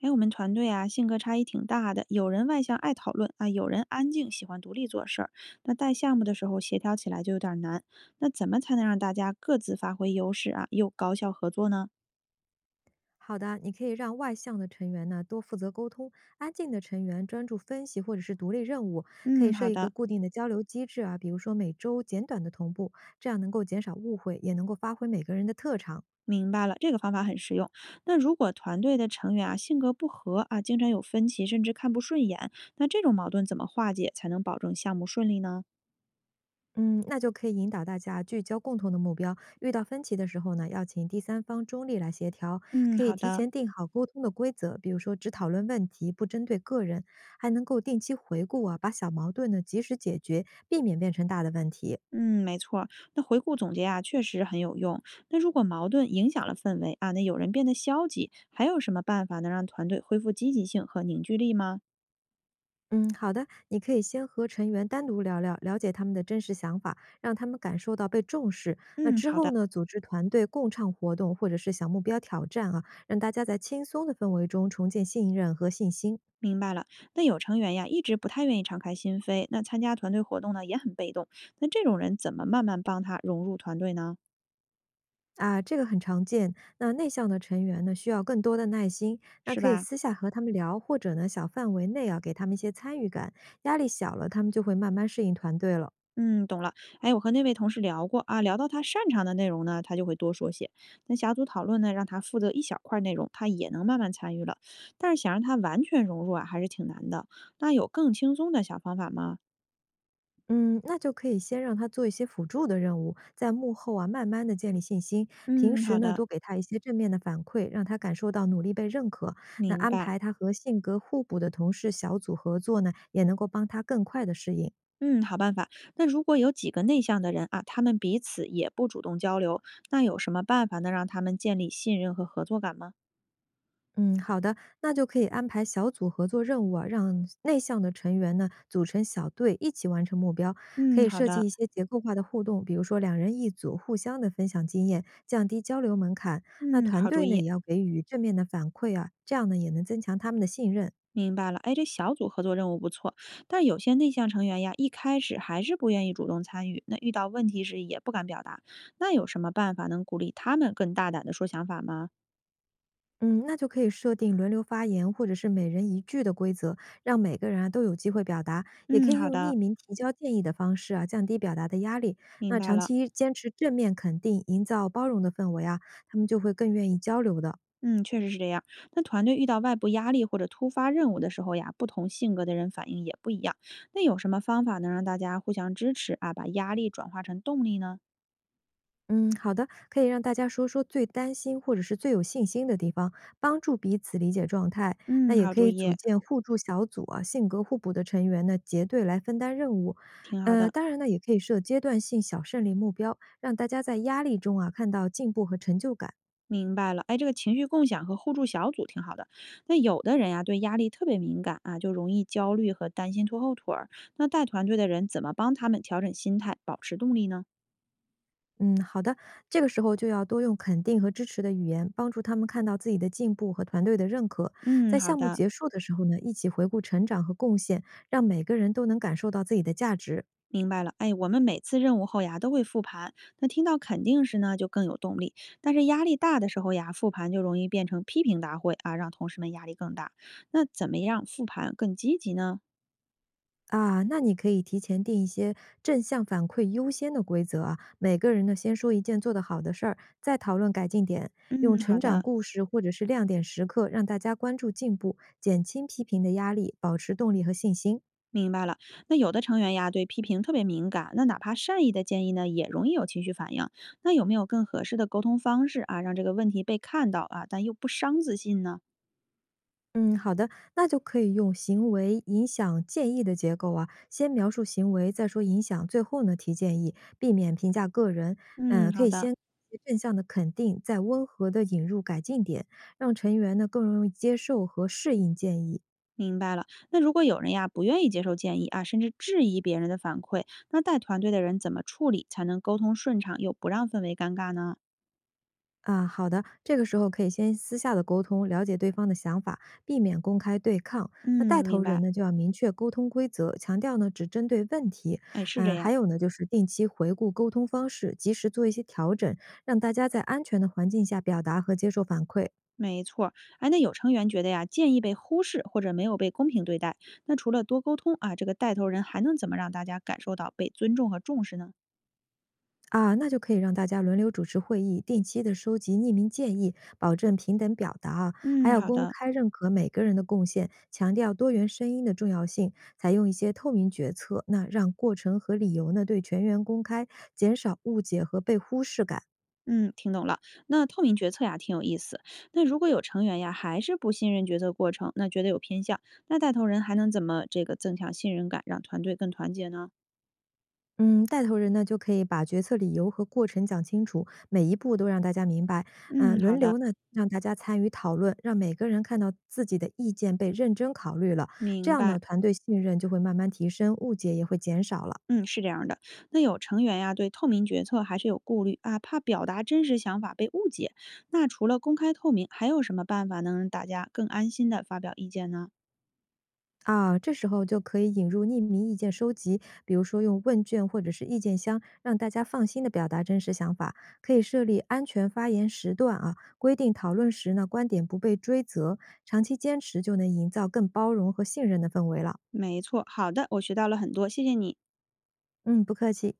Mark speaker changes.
Speaker 1: 哎，我们团队啊，性格差异挺大的，有人外向爱讨论啊，有人安静喜欢独立做事儿。那带项目的时候协调起来就有点儿难。那怎么才能让大家各自发挥优势啊，又高效合作呢？
Speaker 2: 好的，你可以让外向的成员呢多负责沟通，安静的成员专注分析或者是独立任务。可
Speaker 1: 嗯，
Speaker 2: 以设
Speaker 1: 好
Speaker 2: 一个
Speaker 1: 的，
Speaker 2: 固定的交流机制啊，比如说每周简短的同步，这样能够减少误会，也能够发挥每个人的特长。
Speaker 1: 明白了，这个方法很实用。那如果团队的成员啊性格不合啊，经常有分歧，甚至看不顺眼，那这种矛盾怎么化解才能保证项目顺利呢？
Speaker 2: 嗯，那就可以引导大家聚焦共同的目标。遇到分歧的时候呢，要请第三方中立来协调，
Speaker 1: 嗯，
Speaker 2: 可以
Speaker 1: 好
Speaker 2: 提
Speaker 1: 的。
Speaker 2: 前定好沟通的规则，比如说只讨论问题，不针对个人，还能够定期回顾啊，把小矛盾呢及时解决，避免变成大的问题。
Speaker 1: 嗯，没错儿那回顾总结啊，确实很有用。那如果矛盾影响了氛围啊，那有人变得消极，还有什么办法能让团队恢复积极性和凝聚力吗？
Speaker 2: 嗯，好的，你可以先和成员单独聊聊，了解他们的真实想法，让他们感受到被重视。那
Speaker 1: 嗯，
Speaker 2: 之
Speaker 1: 好的，
Speaker 2: 后呢，组织团队共创活动或者是小目标挑战啊，让大家在轻松的氛围中重建信任和信心
Speaker 1: 明白了。那有成员呀，一直不太愿意敞开心扉，那参加团队活动呢也很被动。那这种人怎么慢慢帮他融入团队呢？
Speaker 2: 啊，这个很常见。那内向的成员呢，需要更多的耐心，那
Speaker 1: 是
Speaker 2: 可以
Speaker 1: 吧？
Speaker 2: 私下和他们聊，或者呢，小范围内啊，给他们一些参与感，压力小了，他们就会慢慢适应团队了。
Speaker 1: 嗯，懂了。哎，我和那位同事聊过啊，聊到他擅长的内容呢，他就会多说些。那小组讨论呢，让他负责一小块儿内容，他也能慢慢参与了。但是想让他完全融入啊，还是挺难的。那有更轻松的小方法吗？
Speaker 2: 嗯，那就可以先让他做一些辅助的任务，在幕后啊慢慢的建立信心。平
Speaker 1: 嗯，
Speaker 2: 时
Speaker 1: 好
Speaker 2: 呢，
Speaker 1: 的，
Speaker 2: 多给他一些正面的反馈，让他感受到努力被认可。那
Speaker 1: 明
Speaker 2: 安
Speaker 1: 白。
Speaker 2: 排他和性格互补的同事小组合作呢，也能够帮他更快的适应。
Speaker 1: 嗯，好办法。那如果有几个内向的人啊，他们彼此也不主动交流，那有什么办法能让他们建立信任和合作感吗？
Speaker 2: 嗯，好的，那就可以安排小组合作任务啊，让内向的成员呢组成小队，一起完成目标。可
Speaker 1: 嗯，
Speaker 2: 以
Speaker 1: 好
Speaker 2: 设计
Speaker 1: 的。
Speaker 2: 一些结构化的互动，比如说两人一组，互相的分享经验，降低交流门槛。那
Speaker 1: 嗯，
Speaker 2: 团
Speaker 1: 好主
Speaker 2: 队呢
Speaker 1: 意。
Speaker 2: 也要给予正面的反馈啊，这样呢也能增强他们的信任。
Speaker 1: 明白了，哎，这小组合作任务不错，但有些内向成员呀，一开始还是不愿意主动参与，那遇到问题时也不敢表达，那有什么办法能鼓励他们更大胆的说想法吗？
Speaker 2: 嗯，那就可以设定轮流发言或者是每人一句的规则，让每个人啊都有机会表达，也
Speaker 1: 嗯，
Speaker 2: 可以
Speaker 1: 好
Speaker 2: 用
Speaker 1: 的，
Speaker 2: 匿名提交建议的方式啊，降低表达的压力。
Speaker 1: 明
Speaker 2: 那
Speaker 1: 白
Speaker 2: 长
Speaker 1: 了。
Speaker 2: 期坚持正面肯定，营造包容的氛围啊，他们就会更愿意交流的。
Speaker 1: 嗯，确实是这样。那团队遇到外部压力或者突发任务的时候呀，不同性格的人反应也不一样。那有什么方法能让大家互相支持啊，把压力转化成动力呢？
Speaker 2: 嗯，好的，可以让大家说说最担心或者是最有信心的地方，帮助彼此理解状态。那
Speaker 1: 嗯，
Speaker 2: 也
Speaker 1: 好
Speaker 2: 可
Speaker 1: 主
Speaker 2: 以组
Speaker 1: 意，
Speaker 2: 建互助小组啊，性格互补的成员呢结对来分担任务。
Speaker 1: 挺好的。
Speaker 2: 当然呢，也可以设阶段性小胜利目标，让大家在压力中啊看到进步和成就感。
Speaker 1: 明白了，哎，这个情绪共享和互助小组挺好的。那有的人呀、对压力特别敏感啊，就容易焦虑和担心拖后腿儿。那带团队的人怎么帮他们调整心态，保持动力呢？
Speaker 2: 嗯，好的，这个时候就要多用肯定和支持的语言，帮助他们看到自己的进步和团队的认可。
Speaker 1: 嗯，
Speaker 2: 在
Speaker 1: 好
Speaker 2: 项目
Speaker 1: 的，
Speaker 2: 结束的时候呢，一起回顾成长和贡献，让每个人都能感受到自己的价值。
Speaker 1: 明白了。哎，我们每次任务后呀都会复盘，那听到肯定时呢就更有动力。但是压力大的时候呀，复盘就容易变成批评大会啊，让同事们压力更大。那怎么样复盘更积极呢？
Speaker 2: 啊，那你可以提前定一些正向反馈优先的规则啊，每个人呢先说一件做得好的事儿，再讨论改进点，用
Speaker 1: 嗯，好
Speaker 2: 成长
Speaker 1: 的。
Speaker 2: 故事或者是亮点时刻让大家关注进步，减轻批评的压力，保持动力和信心。
Speaker 1: 明白了，那有的成员呀对批评特别敏感，那哪怕善意的建议呢，也容易有情绪反应。那有没有更合适的沟通方式啊，让这个问题被看到啊，但又不伤自信呢？
Speaker 2: 嗯，好的，那就可以用行为影响建议的结构啊，先描述行为，再说影响，最后呢提建议，避免评价个人。
Speaker 1: 嗯，
Speaker 2: 嗯、可
Speaker 1: 好
Speaker 2: 以
Speaker 1: 的，
Speaker 2: 先正向的肯定，再温和的引入改进点，让成员呢更容易接受和适应建议。
Speaker 1: 明白了。那如果有人呀不愿意接受建议啊，甚至质疑别人的反馈，那带团队的人怎么处理才能沟通顺畅又不让氛围尴尬呢？
Speaker 2: 啊，好的，这个时候可以先私下的沟通，了解对方的想法，避免公开对抗。那带
Speaker 1: 嗯，明
Speaker 2: 头
Speaker 1: 白。
Speaker 2: 人呢，就要明确沟通规则，强调呢只针对问题。
Speaker 1: 哎，是这
Speaker 2: 嗯、还
Speaker 1: 样。
Speaker 2: 有呢，就是定期回顾沟通方式，及时做一些调整，让大家在安全的环境下表达和接受反馈。
Speaker 1: 没错儿，哎，那有成员觉得呀，建议被忽视或者没有被公平对待，那除了多沟通啊，这个带头人还能怎么让大家感受到被尊重和重视呢？
Speaker 2: 啊，那就可以让大家轮流主持会议，定期的收集匿名建议，保证平等表达啊，还
Speaker 1: 嗯，
Speaker 2: 要
Speaker 1: 好
Speaker 2: 公
Speaker 1: 的，
Speaker 2: 开认可每个人的贡献，强调多元声音的重要性，采用一些透明决策，那让过程和理由呢对全员公开，减少误解和被忽视感。
Speaker 1: 嗯，听懂了。那透明决策呀，挺有意思。那如果有成员呀，还是不信任决策过程，那觉得有偏向，那带头人还能怎么这个增强信任感，让团队更团结呢？
Speaker 2: 嗯，带头人呢就可以把决策理由和过程讲清楚，每一步都让大家明白。嗯、
Speaker 1: 嗯，好
Speaker 2: 轮
Speaker 1: 的，
Speaker 2: 流呢让大家参与讨论，让每个人看到自己的意见被认真考虑了，这
Speaker 1: 明
Speaker 2: 样
Speaker 1: 白。
Speaker 2: 呢团队信任就会慢慢提升，误解也会减少了。
Speaker 1: 嗯，是这样的。那有成员呀，对透明决策还是有顾虑啊，怕表达真实想法被误解。那除了公开透明，还有什么办法能让大家更安心的发表意见呢？
Speaker 2: 啊，这时候就可以引入匿名意见收集，比如说用问卷或者是意见箱，让大家放心的表达真实想法。可以设立安全发言时段啊，规定讨论时呢观点不被追责，长期坚持就能营造更包容和信任的氛围了。
Speaker 1: 没错，好的，我学到了很多，谢谢你。
Speaker 2: 嗯，不客气。